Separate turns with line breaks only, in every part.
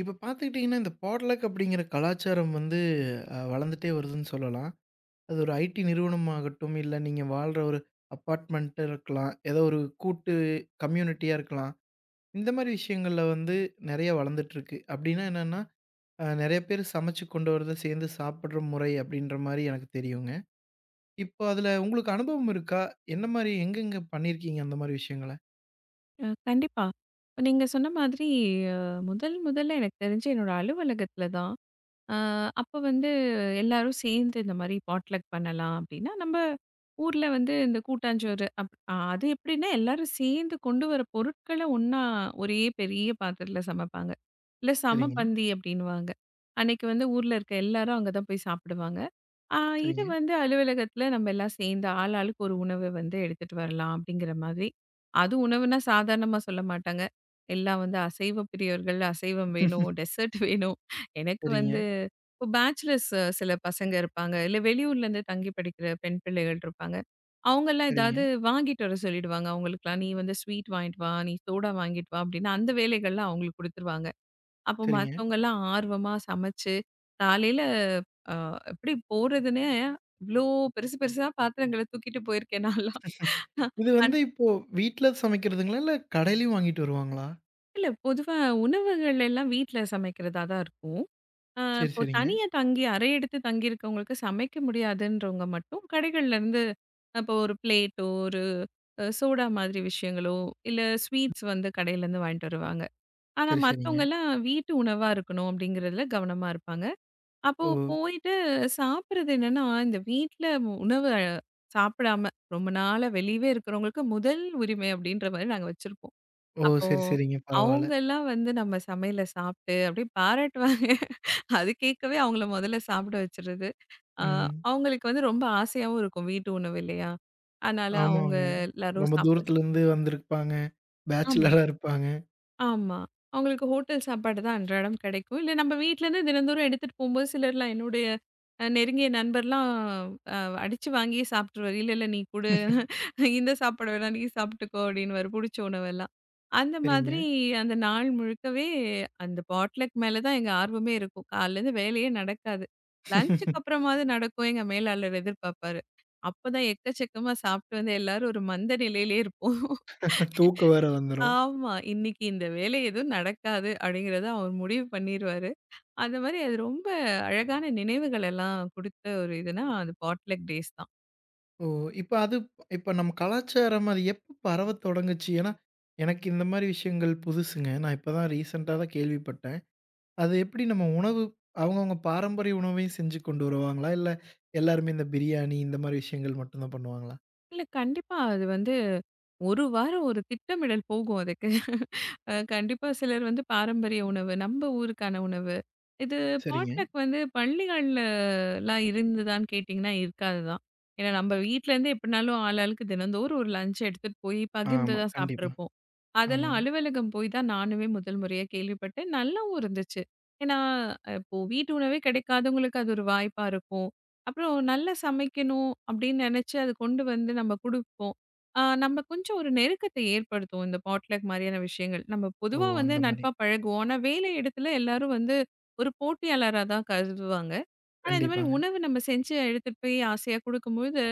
இப்ப பார்த்துக்கிட்டீங்கன்னா, இந்த பாட்லக் அப்படிங்கிற கலாச்சாரம் வந்து வளர்ந்துட்டே வருதுன்னு சொல்லலாம். அது ஒரு ஐடி நிறுவனமாகட்டும், இல்ல நீங்க வாழ்ற ஒரு அப்பார்ட்மெண்ட்டா இருக்கலாம், ஏதோ ஒரு கூட்டு கம்யூனிட்டியா இருக்கலாம். இந்த மாரி விஷயங்கள்ல வந்து நெறைய வளர்ந்துட்டுருக்கு. அப்படின்னா என்னன்னா, நெறைய பேர் சமைச்சு கொண்டு வரத சேர்ந்து சாப்பிடுற முறை அப்படின்ற மாரி எனக்கு தெரியுங்க. இப்போ அதுல உங்களுக்கு அனுபவம் இருக்கா? என்ன மாரி எங்கெங்க பண்ணியிருக்கீங்க அந்த மாரி விஷயங்கள?
கண்டிப்பா. இப்ப நீங்க சொன்ன மாதிரி அ முதல் முதல்ல எனக்கு தெரிஞ்சு என்னோட அலுவலகத்தில தான். அ அப்ப வந்து எல்லாரும் சேர்ந்து இந்த மாரி பாட்லக் பண்ணலாம் அப்டின்னா, நம்ப ஊர்ல வந்து இந்த கூட்டாஞ்சோறு அப் அது எப்டின்னா எல்லாரும் சேர்ந்து கொண்டு வர பொருட்கள ஒண்ணா ஒரே பெரிய பாத்திரத்தில சமைப்பாங்க. இல்ல
சரிங்க,
சமபந்தி அப்டின்னுவாங்க. அன்னைக்கு வந்து ஊர்ல இருக்க எல்லாரும் அங்க தான் போய் சாப்பிடுவாங்க. ஆ. இது
சரிங்க,
வந்து அலுவலகத்துல நம்ம எல்லாம் சேர்ந்து ஆள் ஆளுக்கு ஒரு உணவு வந்து எடுத்துட்டு வரலாம் அப்படிங்கிற மாதிரி. அது உணவுனா சாதாரணமா சொல்ல மாட்டாங்க. எல்லாம் வந்து அசைவ பிரியர்கள், அசைவம் வேணும், டெசர்ட் வேணும். எனக்கு
சரிங்க,
வந்து இப்போ பேச்சுலர்ஸ் சில பசங்க இருப்பாங்க. இல்ல வெளியூர்லேருந்து தங்கி படிக்கிற பெண் பிள்ளைகள் இருப்பாங்க. அவங்கலாம்
சரிங்க,
ஏதாவது வாங்கிட்டு வர சொல்லிடுவாங்க. அவங்களுக்குலாம் நீ வந்து ஸ்வீட் வாங்கிட்டு வா, நீ சோடா வாங்கிட்டு வா அப்படின்னு அந்த வேலைகள்லாம் அவங்களுக்கு குடுத்துருவாங்க. அப்போ
சரிங்க.
மத்தவங்கலாம் ஆர்வமா சமைச்சு, காலையில அ எப்படி போறதுன்னே இவ்ளோ பெருசு பெருசா பாத்திரங்கள தூக்கிட்டு போயிருக்கேன் நான்லாம்.
இது
அன்
வந்து இப்போ வீட்ல சமைக்கிறதுங்களா? இல்ல கடையிலயும் வாங்கிட்டு வருவாங்களா?
இல்ல பொதுவா உணவுகள் எல்லாம் வீட்ல சமைக்கிறதா தான் இருக்கும். அ
சரி,
இப்போ
சரிங்க.
தனியா தங்கி அறை எடுத்து தங்கி இருக்கவங்களுக்கு சமைக்க முடியாதுன்றவங்க மட்டும் கடைகள்ல இருந்து இப்போ ஒரு பிளேட்டோ, ஒரு சோடா மாதிரி விஷயங்களோ, இல்ல ஸ்வீட்ஸ் வந்து கடையிலேருந்து வாங்கிட்டு வருவாங்க. ஆனா
சரி, சரிங்க.
மத்தவங்கலாம் வீட்டு உணவா இருக்கணும் அப்படிங்கிறதுல கவனமா இருப்பாங்க. அப்போ
ஓ!
போயிட்டு சாப்பிடுறது என்னன்னா, இந்த வீட்ல உணவு சாப்பிடாம ரொம்ப நாளா வெளியவே இருக்கிறவங்களுக்கு முதல் உரிமை அப்படின்ற மாரி நாங்க வச்சிருப்போம்.
ஓ!
அப்போ
சரி, சரிங்க. பரவால்ல.
அவங்கலாம் வந்து நம்ம சமையல சாப்பிட்டு அப்படியே பாராட்டுவாங்க. அது கேட்கவே அவங்கள முதல்ல சாப்பிட வச்சுறது. அ
ம்.
அவங்களுக்கு வந்து ரொம்ப ஆசையாவும் இருக்கும் வீட்டு உணவு இல்லையா? அதனால அவங்க
ஆமாங்க.
எல்லாரும்
ரொம்ப
சாப்பிட.
தூரத்துலருந்து வந்திருப்பாங்க.
ஆமா.
பேச்சுலரா இருப்பாங்க.
ஆமா. அவங்களுக்கு ஹோட்டல் சாப்பாடு தான் அன்றாடம் கிடைக்கும். இல்ல நம்ம வீட்லேருந்து தினந்தோறும் எடுத்துட்டு போம்போது சிலர்லாம் என்னுடைய நெருங்கிய நண்பர்லாம் அ அடிச்சு வாங்கியே சாப்ட்டுருவாரு. "இல்ல, இல்ல நீ குடு. இந்த சாப்பாடு வேணா நீ சாப்ட்டுக்கோ" அப்டின்னுவாரு புடிச்ச உணவெல்லாம். அந்த
சரிங்க.
மாதிரி அந்த நாள் முழுக்கவே அந்த பாட்லக் மேல தான் எங்க ஆர்வமே இருக்கும். காலைலேருந்து வேலையே நடக்காது. லஞ்சுக்கு அப்புறமாவது நடக்கும் எங்க மேலாளர் எதிர்பார்ப்பாரு. அப்பதான் எக்கச்சக்கமா சாப்ட்டு வந்து எல்லாரும் ஒரு மந்த நிலையிலே இருப்போம்.
தூக்கம் வேற வந்துரும்.
ஆமா. இன்னைக்கு இந்த வேலை எதுவும் நடக்காது அப்படிங்கிறத அவர் முடிவு பண்ணிருவாரு. அந்த மாரி அது ரொம்ப அழகான நினைவுகள் எல்லாம் குடுத்த ஒரு இதுனா, அது பாட்லக் டேஸ் தான்.
ஓ! இப்ப அது இப்ப நம்ம கலாச்சாரம் அது எப்ப பரவத் தொடங்குச்சு? ஏன்னா, எனக்கு இந்த மாரி விஷயங்கள் புதுசுங்க. நான் இப்ப தான் ரீசென்ட்டா தான் கேள்விப்பட்டேன். அது எப்படி நம்ம உணவு அவங்கவங்க பாரம்பரிய உணவையும் செஞ்சு கொண்டு வருவாங்களா? இல்ல எல்லாருமே இந்த பிரியாணி இந்த மாரி விஷயங்கள் மட்டும் தான் பண்ணுவாங்களா?
இல்ல கண்டிப்பா. அது வந்து 1 வாரம் ஒரு திட்டமிடல் போகும் அதுக்கு. அ கண்டிப்பா சிலர் வந்து பாரம்பரிய உணவு, நம்ம ஊருக்கான உணவு. இது
சரிங்க.
பாட்லக் வந்து பள்ளிகள்லலாம் இருந்ததான்னு கேட்டிங்கன்னா, இருக்காது தான். ஏன்னா நம்ம வீட்லேருந்து எப்படினாலும் ஆளாளுக்கு தினந்தோறும் ஒரு லஞ்ச் எடுத்துட்டு போய் பகிர்ந்து
ஆமா.
தான்
கண்டிப்பா.
சாப்பிட்டுருப்போம். அதெல்லாம்
ஆமாங்க.
அலுவலகம் போய் தான் நானுமே முதல் முறையா கேள்விப்பட்டேன். நல்லாவும் இருந்துச்சு. ஏன்னா இப்போ வீட்டு உணவே கிடைக்காதவங்களுக்கு அது ஒரு வாய்ப்பா இருக்கும். அப்புறம் நல்லா சமைக்கணும் அப்படின்னு நினைச்சு அது கொண்டு வந்து நம்ம கொடுப்போம். ஆ, நம்ம கொஞ்சம் ஒரு நெருக்கத்தை ஏற்படுத்துவோம் இந்த பாட்லக் மாதிரியான விஷயங்கள். நம்ம
ஓ!
பொதுவா வந்து
அந்த மாரி.
நட்பா பழகுவோம். ஆனா வேலை இடத்துல எல்லாரும் வந்து ஒரு போட்டியாளரா தான் கருதுவாங்க. ஆனா இந்த மாதிரி
கண்டிப்பாங்க.
உணவு நம்ம செஞ்சு எடுத்துட்டு போய் ஆசையா கொடுக்கும்பொழுது,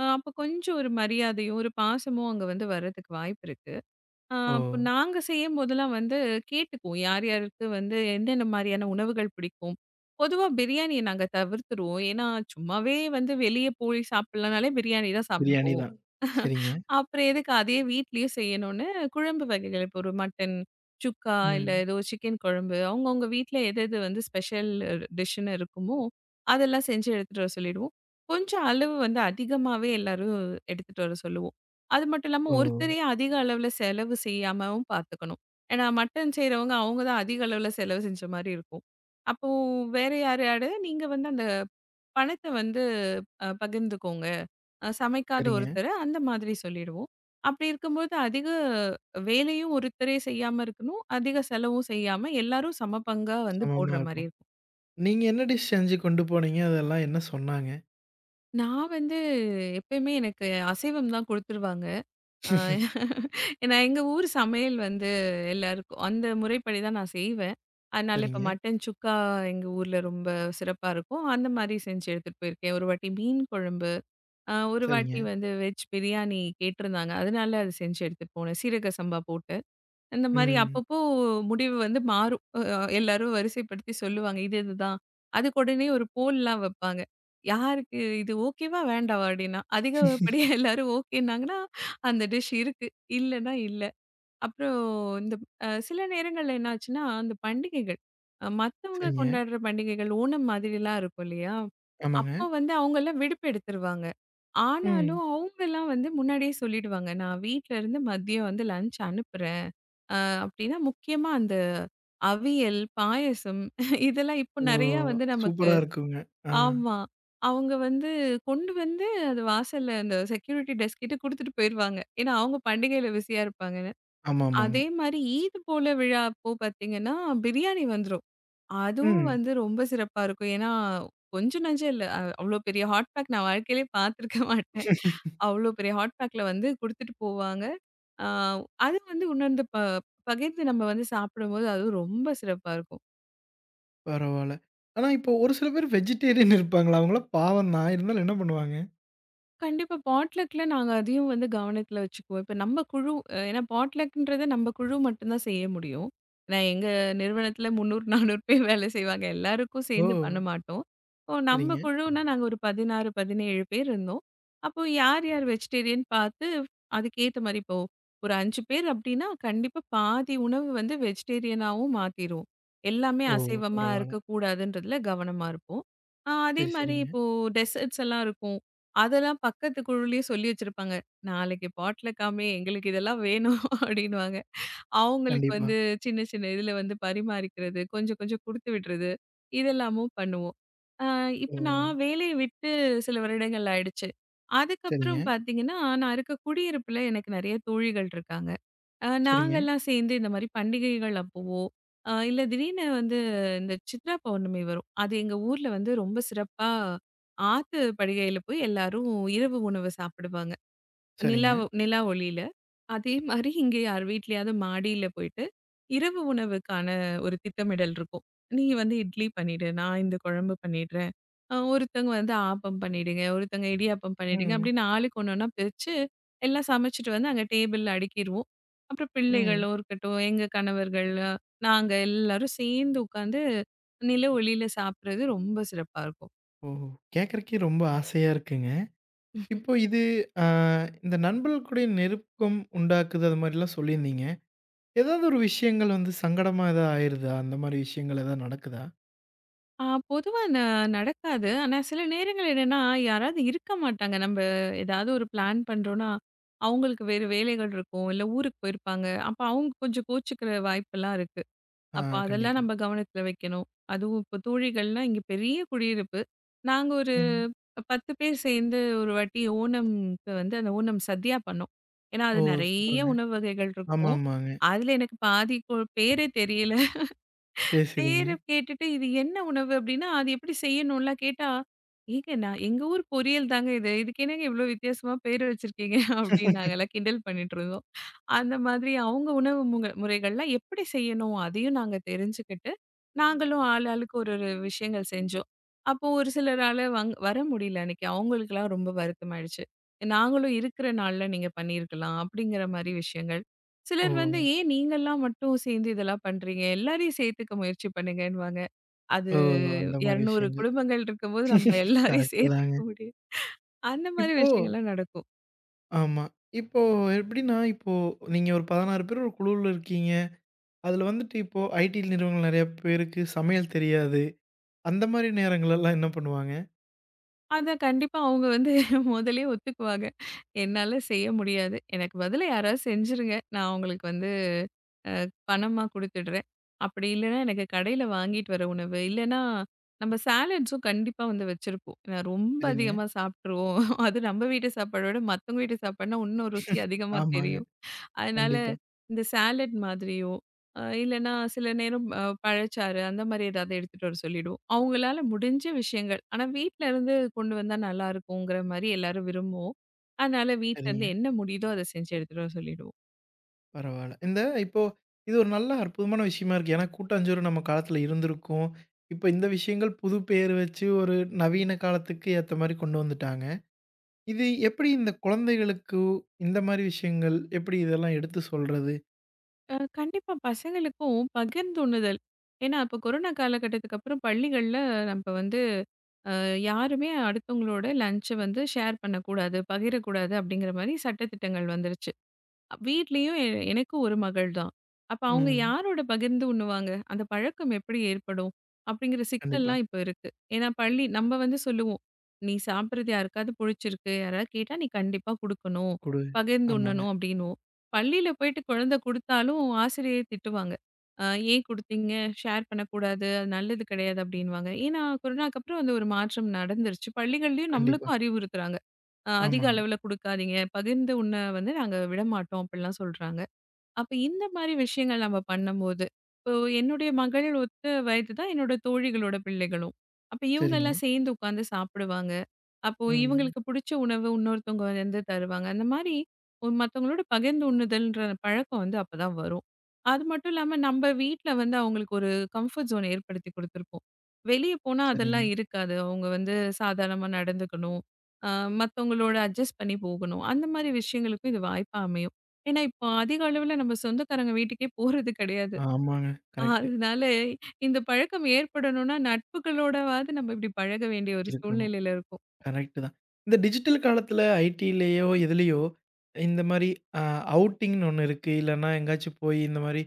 அ அப்ப கொஞ்சம் ஒரு மரியாதையும், ஒரு பாசமும் அங்க வந்து வர்றதுக்கு வாய்ப்பு இருக்கு. ஆ
ஓ!
இப்போ நாங்க செய்யும்போதெல்லாம் வந்து கேட்டுக்குவோம். யார் யாருக்கு வந்து எந்தெந்த மாரியான உணவுகள் பிடிக்கும். பொதுவா பிரியாணிய நாங்க தவிர்த்துருவோம். ஏன்னா, சும்மாவே வந்து வெளிய போய் சாப்பிடலனாலே பிரியாணி தான் சாப்பிட
பிரியாணி
போவோம்.
தான். சரிங்க.
அப்புறம் எதுக்கு அதே வீட்லயும் செய்யணும்னு, குழம்பு வகைகள் இப்போ ஒரு மட்டன் சுக்கா, இல்ல
ம்.
ஏதோ சிக்கன் குழம்பு அவங்கவங்க வீட்ல எது எது வந்து ஸ்பெஷல் டிஷ்ன்னு இருக்குமோ, அதெல்லாம் செஞ்சு எடுத்துட்டு வர சொல்லிடுவோம். கொஞ்சம் அளவு வந்து அதிகமாவே எல்லாரும் எடுத்துட்டு வர சொல்லுவோம். அது மட்டும் இல்லாம
ஓ!
ஒருத்தரே அதிக அளவுல செலவு செய்யாமவும் பார்த்துக்கணும். ஏன்னா மட்டன் செய்றவங்க அவங்க தான் அதிக அளவுல செலவு செஞ்ச மாரி இருக்கும். அப்போ வேற யாரையாவது நீங்க வந்து அந்த பணத்த வந்து பகிர்ந்துக்கோங்க. அ சமைக்காத
சரிங்க.
ஒருத்தர அந்த மாதிரி சொல்லிடுவோம். அப்படி இருக்கும்போது அதிக வேலையும் ஒருத்தரே செய்யாம இருக்கணும். அதிக செலவும் செய்யாம எல்லாரும் சம பங்கா வந்து
சமமா
போடுற மாரி
இருக்கும்.
இருக்கும்.
நீங்க என்ன டிஷ் செஞ்சு கொண்டு போனீங்க? அதெல்லாம் என்ன சொன்னாங்க?
நான் வந்து எப்பயுமே எனக்கு அசைவம் தான் குடுத்துருவாங்க. ஆ ஏன்னா எங்க ஊர் சமையல் வந்து எல்லாருக்கும் அந்த முறைப்படி தான் நான் செய்வேன். அதனால இப்ப
சரிங்க,
மட்டன் சுக்கா எங்க ஊர்ல ரொம்ப சிறப்பா இருக்கும். அந்த மாரி செஞ்சு எடுத்துட்டு போயிருக்கேன். ஒரு வாட்டி மீன் குழம்பு, அ ஒரு
சரிங்க.
வாட்டி வந்து வெஜ் பிரியாணி கேட்டிருந்தாங்க. அதனால அது செஞ்சு எடுத்துட்டு போனேன். சீரக சம்பா போட்டு. அந்த மாரி
ம்.
அப்பப்போ முடிவு வந்து மாறும். அ எல்லாரும் வரிசைப்படுத்தி சொல்லுவாங்க. இது இதுதான். அதுக்கு உடனே ஒரு போல்லாம் வைப்பாங்க. யாருக்கு இது ஓகேவா? வேண்டாவா? அப்டின்னா. அதிகப்படியா எல்லாரும் ஓகேன்னாங்கன்னா, அந்த டிஷ் இருக்கு. இல்லன்னா இல்ல. அப்புறம் இந்த சில நேரங்கள்ல என்ன ஆச்சுன்னா, அந்த பண்டிகைகள் மத்தவங்க
சரிங்க.
கொண்டாடுற பண்டிகைகள் ஓணம் மாதிரிலாம் இருக்கும் இல்லையா?
ஆமாங்க.
அப்போ வந்து அவங்கலாம் விடுப்பு எடுத்துருவாங்க.
ம்.
ஆனாலும் அவங்கலாம் வந்து முன்னாடியே சொல்லிடுவாங்க. நான் வீட்ல இருந்து மதியம் வந்து லஞ்ச் அனுப்புறேன். அப்படின்னா, முக்கியமா அந்த அவியல், பாயாசம் இதெல்லாம் இப்போ
ஓ!
நெறையா வந்து நமக்கு.
சூப்பரா இருக்குங்க. ஆ.
ஆமா. அவங்க வந்து கொண்டு வந்து அது வாசல்ல அந்த செக்யூரிட்டி டெஸ்க் கிட்ட குடுத்துட்டு போயிருவாங்க. ஏன்னா, அவங்க பண்டிகையில பிஸியா இருப்பாங்கன்னு.
ஆமாமாங்க.
அதே மாரி ஈத் போல விழா அப்போ பார்த்தீங்கன்னா, பிரியாணி வந்துரும். அதுவும்
ம்.
வந்து ரொம்ப சிறப்பா இருக்கும். ஏன்னா, கொஞ்சம் நஞ்சம் இல்ல. அ அவ்ளோ பெரிய ஹாட் பேக் நான் வாழ்க்கையிலயே பார்த்துருக்க மாட்டேன். அவ்ளோ பெரிய ஹாட் பேக்ல வந்து குடுத்துட்டு போவாங்க. ஆ அது வந்து உணர்ந்து பகிர்ந்து நம்ம வந்து சாப்பிடும்போது அதுவும் ரொம்ப சிறப்பா இருக்கும்.
பரவால்ல. ஆனா இப்போ ஒரு சில பேர் வெஜிடேரியன் இருப்பாங்களா? அவங்கலாம் பாவம் தான். இருந்தாலும் என்ன பண்ணுவாங்க?
கண்டிப்பா பாட்லக்ல நாங்க அதையும் வந்து கவனத்துல வச்சுக்குவோம். இப்ப நம்ம குழு ஏன்னா பாட்லக்ன்றது நம்ம குழு மட்டும் தான் செய்ய முடியும். ஏன்னா எங்க நிறுவனத்துல 300, 400 பேர் வேலை செய்வாங்க. எல்லாருக்கும்
ஓ!
சேர்ந்து பண்ண மாட்டோம். இப்போ நம்ம
சரிங்க.
குழுனா நாங்க ஒரு 16, 17 பேர் இருந்தோம். அப்போ யார் யார் வெஜிடேரியன் பார்த்து அதுக்கேத்த மாரி இப்போ ஒரு 5 பேர் அப்டின்னா, கண்டிப்பா பாதி உணவு வந்து வெஜிடேரியனாவும் மாத்திருவோம். எல்லாமே
ஓ!
அசைவமா
பரவால்ல.
இருக்கக்கூடாதுன்றதுல கவனமா இருப்போம். ஆ அதே
சரி,
மாரி
சரிங்க.
இப்போ டெசர்ட்ஸ் எல்லாம் இருக்கும். அதெல்லாம் பக்கத்து குழுவுலயே சொல்லி வச்சிருப்பாங்க. நாளைக்கு பாட்லக்காமே எங்களுக்கு இதெல்லாம் வேணும் அப்படின்னுவாங்க. அவங்களுக்கு
கண்டிப்பா.
வந்து சின்ன சின்ன இதுல வந்து பரிமாறிக்கிறது, கொஞ்சம் கொஞ்சம் குடுத்து விடுறது, இதெல்லாமும் பண்ணுவோம். அ இப்ப
ஓ!
நான் வேலைய விட்டு சில வருடங்கள் ஆயிடுச்சு.
சரிங்க,
அதுக்கப்புறம் பார்த்தீங்கன்னா, நான் இருக்க குடியிருப்புல எனக்கு நெறைய தோழிகள் இருக்காங்க. அ
சரிங்க,
நாங்கலாம் சேர்ந்து இந்த மாரி பண்டிகைகள் அப்பவோ, அ இல்ல திடீர்னு வந்து இந்த சித்ரா பௌர்ணமி வரும். அது எங்க ஊர்ல வந்து ரொம்ப சிறப்பா ஆத்து படுகையில போய் எல்லாரும் இரவு உணவு சாப்பிடுவாங்க. நிலா
சரிங்க.
நிலா ஒளியில. அதே மாரி இங்க யார் வீட்லயாவது மாடியில போயிட்டு, இரவு உணவுக்கான ஒரு திட்டமிடல் இருக்கும். "நீ வந்து இட்லி பண்ணிடு, நான் இந்த குழம்பு பண்ணிடுறேன்." அ ஒருத்தவங்க வந்து ஆப்பம் பண்ணிடுங்க, ஒருத்தவங்க இடியாப்பம் பண்ணிடுங்க
ம்,
அப்படின்னு ஆளுக்கு ஒண்ணு ஒண்ணா பிரிச்சு, எல்லாம் சமைச்சுட்டு வந்து அங்க டேபிள்ல அடுக்கிருவோம். அப்புறம்
ம்.
பிள்ளைகளும் இருக்கட்டும், எங்க கணவர்கள், நாங்க எல்லாரும் சேர்ந்து உட்காந்து நில ஒளியில சாப்பிடுறது ரொம்ப சிறப்பா இருக்கும்.
ஓஹோ! கேட்கறக்கே ரொம்ப ஆசையா இருக்குங்க. இப்போ இது அ இந்த நண்பர்கள் கூடய நெருக்கம் உண்டாக்குது அது மாரிலாம் சொல்லியிருந்தீங்க. ஏதாவது ஒரு விஷயங்கள் வந்து சங்கடமா எதா ஆயிருதா? அந்த மாரி விஷயங்கள் எதா நடக்குதா?
ஆ பொதுவா நடக்காது. ஆனா சில நேரங்கள் என்னன்னா, யாராவது இருக்க மாட்டாங்க. நம்ப ஏதாவது ஒரு பிளான் பண்றோம்னா, அவங்களுக்கு வேறு வேலைகள் இருக்கும். இல்ல ஊருக்கு போயிருப்பாங்க. அப்ப அவங்க கொஞ்சம் கோச்சுக்கிற வாய்ப்பெல்லாம் இருக்கு.
ஆ
அப்ப அதெல்லாம்
கண்டிப்பா.
நம்ம கவனத்துல வைக்கணும். அதுவும் இப்போ தோழிகள்னா இங்க பெரிய குடியிருப்பு. நாங்க ஒரு
ம்.
10 பேர் சேர்ந்து ஒரு வாட்டி ஓணம்க்கு வந்து அந்த ஓணம் சத்யா பண்ணோம். ஏன்னா, அது
ஓ!
நெறைய
சூப்பருங்க.
உணவு வகைகள்
ஆமா,
இருக்கும்.
ஆமாங்க.
அதுல எனக்கு பாதி பேரே தெரியல.
சரி, சரிங்க.
பேர கேட்டுட்டு இது என்ன உணவு அப்படின்னா, அது எப்படி செய்யணும்லாம் கேட்டா, "ஏங்க நான் எங்க ஊர் பொரியல் தாங்க இது. இதுக்கு என்னங்க இவ்ளோ வித்தியாசமா பேர் வச்சிருக்கீங்க?" அப்படின்னு நாங்கலாம் கிண்டல் பண்ணிட்டுருந்தோம். அந்த மாதிரி அவங்க உணவு முக முறைகள்ல எப்படி செய்யணும்? அதையும் நாங்க தெரிஞ்சுக்கிட்டு, நாங்களும் ஆள் ஆளுக்கு ஒரு ஒரு விஷயங்கள் செஞ்சோம். அப்போ ஒரு சிலரால வர முடியல அன்னைக்கு. அவங்களுக்கெல்லாம் ரொம்ப வருத்தமாயிடுச்சு. நாங்களும் இருக்கிற நாள்ல நீங்க பண்ணியிருக்கலாம். அப்படிங்கிற மாரி விஷயங்கள்.
ஓ!
சிலர் வந்து ஏன் நீங்கலாம் மட்டும் சேர்ந்து இதெல்லாம் பண்றீங்க? எல்லாரையும் சேர்த்துக்க முயற்சி பண்ணுங்கன்னுவாங்க. அது
ஓ! அந்த மாரி
200
விஷயங்கள்.
குடும்பங்கள் இருக்கும்போது நம்ம எல்லாரையும்
கரெக்ட்டு தாங்க.
சேர்த்துக்க முடியும். அந்த மாரி
இப்போ
விஷயங்கள்லாம் நடக்கும்.
ஆமா. இப்போ எப்படின்னா, இப்போ நீங்க ஒரு 16 பேர் ஒரு குழுவுல இருக்கீங்க. அதுல வந்துட்டு இப்போ ஐடி நிறுவனங்கள் நெறைய பேருக்கு சமையல் தெரியாது. அந்த மாரி நேரங்கள்லலாம் என்ன பண்ணுவாங்க?
அதான் கண்டிப்பா அவங்க வந்து முதல்லயே ஒத்துக்குவாங்க. என்னால செய்ய முடியாது. எனக்கு பதிலா யாராவது செஞ்சுருங்க. நான் உங்களுக்கு வந்து அ பணமா குடுத்துடுறேன். அப்படி இல்லன்னா, எனக்கு கடையில வாங்கிட்டு வர உணவு, இல்லன்னா நம்ம சாலட்ஸும் கண்டிப்பா வந்து வச்சிருப்போம். ஏன்னா ரொம்ப
சரிங்க.
அதிகமா சாப்பிட்டுருவோம். அது நம்ம வீட்டு சாப்பாடோட மத்தவங்க வீட்டு சாப்பாடுனா, இன்னும் ருசி அதிகமா
ஆமாங்க.
தெரியும். அதனால
கண்டிப்பா.
இந்த சாலட் மாதிரியோ, அ இல்லன்னா சில நேரம் அ பழச்சாறு அந்த மாரி ஏதாவது எடுத்துட்டு வர சொல்லிடுவோம். அவங்களால முடிஞ்ச விஷயங்கள். ஆனா வீட்ல இருந்து கொண்டு வந்தா நல்லாருக்குங்கிற மாரி எல்லாரும் விரும்புவோம். அதனால வீட்ல இருந்து
சரிங்க.
என்ன முடியுதோ அத செஞ்சு எடுத்துட்டு வர சொல்லிடுவோம்.
பரவால்ல. இப்போ இது ஒரு நல்ல அற்புதமான விஷயமா இருக்கு. ஏன்னா கூட்டாஞ்சோறு நம்ம காலத்துல இருந்திருக்கும். இப்ப இந்த விஷயங்கள் புது பேர் வச்சு ஒரு நவீன காலத்துக்கு ஏத்த மாரி கொண்டு வந்துட்டாங்க. இது எப்படி இந்த குழந்தைகளுக்கு, இந்த மாரி விஷயங்கள் எப்படி இதெல்லாம் எடுத்து சொல்றது?
அ கண்டிப்பா பசங்களுக்கும் பகிர்ந்துண்ணுதல். ஏன்னா அப்ப கொரோனா காலகட்டத்துக்கு அப்புறம் பள்ளிகள்ல நம்ப வந்து அ யாருமே அடுத்தவங்களோட லன்ச்ச வந்து ஷேர் பண்ணக்கூடாது, பகிரக்கூடாது அப்படிங்கிற மாரி சட்டதிட்டங்கள் வந்துருச்சு. வீட்லயும் எனக்கு ஒரு மகள் தான். அப்ப அவங்க
ம்.
யாரோட பகிர்ந்து உண்ணுவாங்க? அந்த பழக்கம் எப்படி ஏற்படும்? அப்படிங்கிற
கண்டிப்பா.
சிக்கல்லாம் இப்ப இருக்கு. ஏன்னா பள்ளி நம்ம வந்து சொல்லுவோம். "நீ சாப்பிடுறது யாருக்காவது புடிச்சிருக்கு. யாராவது கேட்டா நீ கண்டிப்பா குடுக்கணும்.
குடு.
பகிர்ந்து
ஆமாங்க.
உண்ணணும்" அப்படின்னுவோம். பள்ளியில போயிட்டு குழந்தை குடுத்தாலும் ஆசிரியர் திட்டுவாங்க. "அ "ஏன் குடுத்தீங்க? ஷேர் பண்ணக்கூடாது. அது நல்லது கிடையாது" அப்படின்னுவாங்க. ஏன்னா கொரோனாக்கு அப்புறம் அந்த ஒரு மாற்றம் நடந்துருச்சு. பள்ளிகள்லயும்
கண்டிப்பா.
நம்மளுக்கும் அறிவுறுத்துறாங்க. அ அதிக
ஆமாங்க.
அளவுல குடுக்காதீங்க. பகிர்ந்து உண்ண வந்து நாங்க விடமாட்டோம் அப்டிலாம் சொல்றாங்க. அப்ப இந்த மாரி விஷயங்கள் நம்ம பண்ணும்போது, இப்போ என்னுடைய மகள் ஒத்த வயது தான் என்னோட தோழிகளோட பிள்ளைகளும். அப்ப
சரிங்க.
இவங்கலாம் சேர்ந்து உட்கார்ந்து சாப்பிடுவாங்க. அப்போ
ம்.
இவங்களுக்கு பிடிச்ச உணவு இன்னொருத்தவங்க வந்து தருவாங்க. அந்த மாரி ஒரு மத்தவங்களோட பகிர்ந்து உண்ணுதல்ன்ற பழக்கம் வந்து அப்பதான் வரும். அது மட்டும் இல்லாம நம்ப வீட்ல வந்து அவங்களுக்கு ஒரு கம்ஃபர்ட் ஜோன் ஏற்படுத்தி குடுத்துருப்போம். வெளிய போனா
சரிங்க.
அதெல்லாம் இருக்காது. அவங்க வந்து சாதாரணமா நடந்துக்கணும். அ மத்தவங்களோட அட்ஜஸ்ட் பண்ணி போகணும். அந்த மாரி விஷயங்களுக்கும் இது வாய்ப்பா அமையும். ஏன்னா, இப்போ அதிக அளவுல நம்ம சொந்தக்காரங்க வீட்டுக்கே போறது கிடையாது.
ஆமாங்க. கரெக்ட்டு.
அதனால இந்த பழக்கம் ஏற்படணும்னா நட்புகளோடவாது நம்ம இப்படி பழக வேண்டிய ஒரு
இருக்கணும்.
சூழ்நிலையில இருக்கும்.
கரெக்ட்டு தான். இந்த டிஜிட்டல் காலத்தில ஐடிலயோ, எதுலயோ இந்த மாரி அ அவுட்டிங்ன்னு ஒண்ணு இருக்கு. இல்லன்னா எங்கேயாச்சும் போய் இந்த மாரி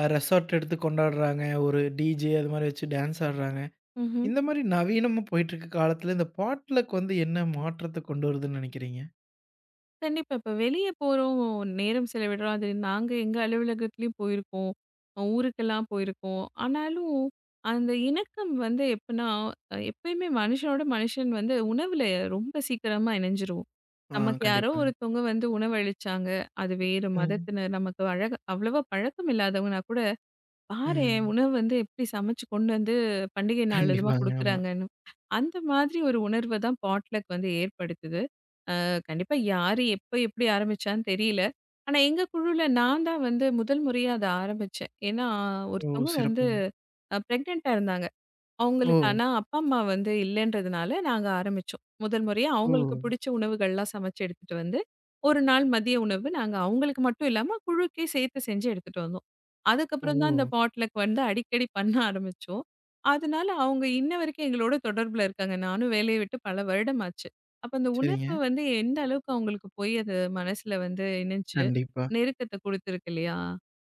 ரெசார்ட் எடுத்து கொண்டாடுறாங்க. ஒரு டிஜே அது மாரி வச்சு டான்ஸ் ஆடுறாங்க. இந்த மாரி நவீனமா போயிட்டுருக்க காலத்தில இந்த பாட்லக் வந்து என்ன மாற்றத்த கொண்டு வருதுன்னு நெனைக்கிறீங்க?
கண்டிப்பா. இப்ப வெளிய போறோம், நேரம் செலவிடுறோம். அது நாங்க எங்க அலுவலகத்துலயும் போயிருக்கோம். அ ஊருக்கெல்லாம் போயிருக்கோம். ஆனாலும், அந்த இணக்கம் வந்து எப்பன்னா, அ எப்பயுமே மனுஷனோட மனுஷன் வந்து உணவுல ரொம்ப சீக்கிரமா இணைஞ்சிருவோம்.
ஆ
நமக்கு யாரோ
கண்டிப்பாங்க.
ஒருத்தவங்க வந்து உணவளிச்சாங்க. அது வேறு
ம்.
மதத்தினர், நமக்கு அழக அவ்வளவா பழக்கம் இல்லாதவங்கன்னா கூட, "பாரேன்
ம்.
உணவு வந்து எப்படி சமைச்சு கொண்டு வந்து பண்டிகை நாள் இதுமா
கண்டிப்பாங்க. ஆமா.
குடுக்குறாங்கன்னு." அந்த மாதிரி ஒரு உணர்வ தான் பாட்லக் வந்து ஏற்படுத்துது. கண்டிப்பா யாரு எப்ப எப்படி ஆரம்பிச்சான்னு தெரியல. ஆனா எங்க குழுல நான் தான் வந்து முதல் முறையா அத ஆரம்பிச்சேன். ஏன்னா
ஓ!
ஒருத்தவங்க வந்து
சிறப்புங்க.
அ பிரெக்னன்ட்டா இருந்தாங்க. அவங்களுக்கு
ஓ!
ஆனா அப்பா, அம்மா வந்து இல்லன்றதுனால, நாங்க ஆரம்பிச்சோம். முதல் முறையா
ஓ!
அவங்களுக்கு பிடிச்ச உணவுகள்லாம் சமைச்சு எடுத்துட்டு வந்து, ஒரு நாள் மதிய உணவு நாங்க அவங்களுக்கு மட்டும் இல்லாம குழுக்கே சேர்த்து செஞ்சு எடுத்துட்டு வந்தோம்.
ஓ!
அதுக்கப்புறம் தான் இந்த பாட்லக் வந்து அடிக்கடி பண்ண ஆரம்பிச்சோம். அதனால அவங்க இன்ன வரைக்கும் எங்களோட தொடர்புல இருக்காங்க. நானும் வேலைய விட்டு பல வருடம் ஆச்சு. அப்ப அந்த
சரிங்க.
உணர்வு வந்து எந்த அளவுக்கு அவங்களுக்கு போய் அது மனசுல வந்து இணைஞ்சு,
கண்டிப்பா.
நெருக்கத்த குடுத்துருக்கு இல்லையா?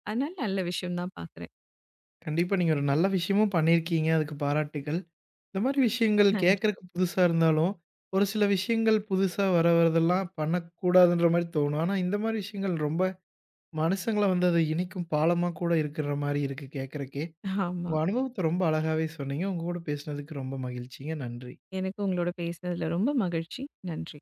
அதனால நல்ல விஷயம் தான் பாக்குறேன்.
கண்டிப்பா நீங்க ஒரு நல்ல விஷயமும் பண்ணியிருக்கீங்க. அதுக்கு பாராட்டுக்கள். இந்த மாரி விஷயங்கள்
நன்றி.
கேட்கறக்கு புதுசா இருந்தாலும், ஒரு சில விஷயங்கள் புதுசா வர வரதெல்லாம் பண்ணக்கூடாதுன்ற மாரி தோணும். ஆனா, இந்த மாரி விஷயங்கள் ரொம்ப மனுஷங்கள வந்து அது இணைக்கும் பாலமா கூட இருக்கிற மாரி இருக்கு கேட்கறக்கே.
ஆமா.
உங்க அனுபவத்த ரொம்ப அழகாவே சொன்னீங்க. உங்க கூட பேசுனதுக்கு ரொம்ப மகிழ்ச்சிங்க. நன்றி.
எனக்கு உங்களோட பேசினதுல ரொம்ப மகிழ்ச்சி. நன்றி.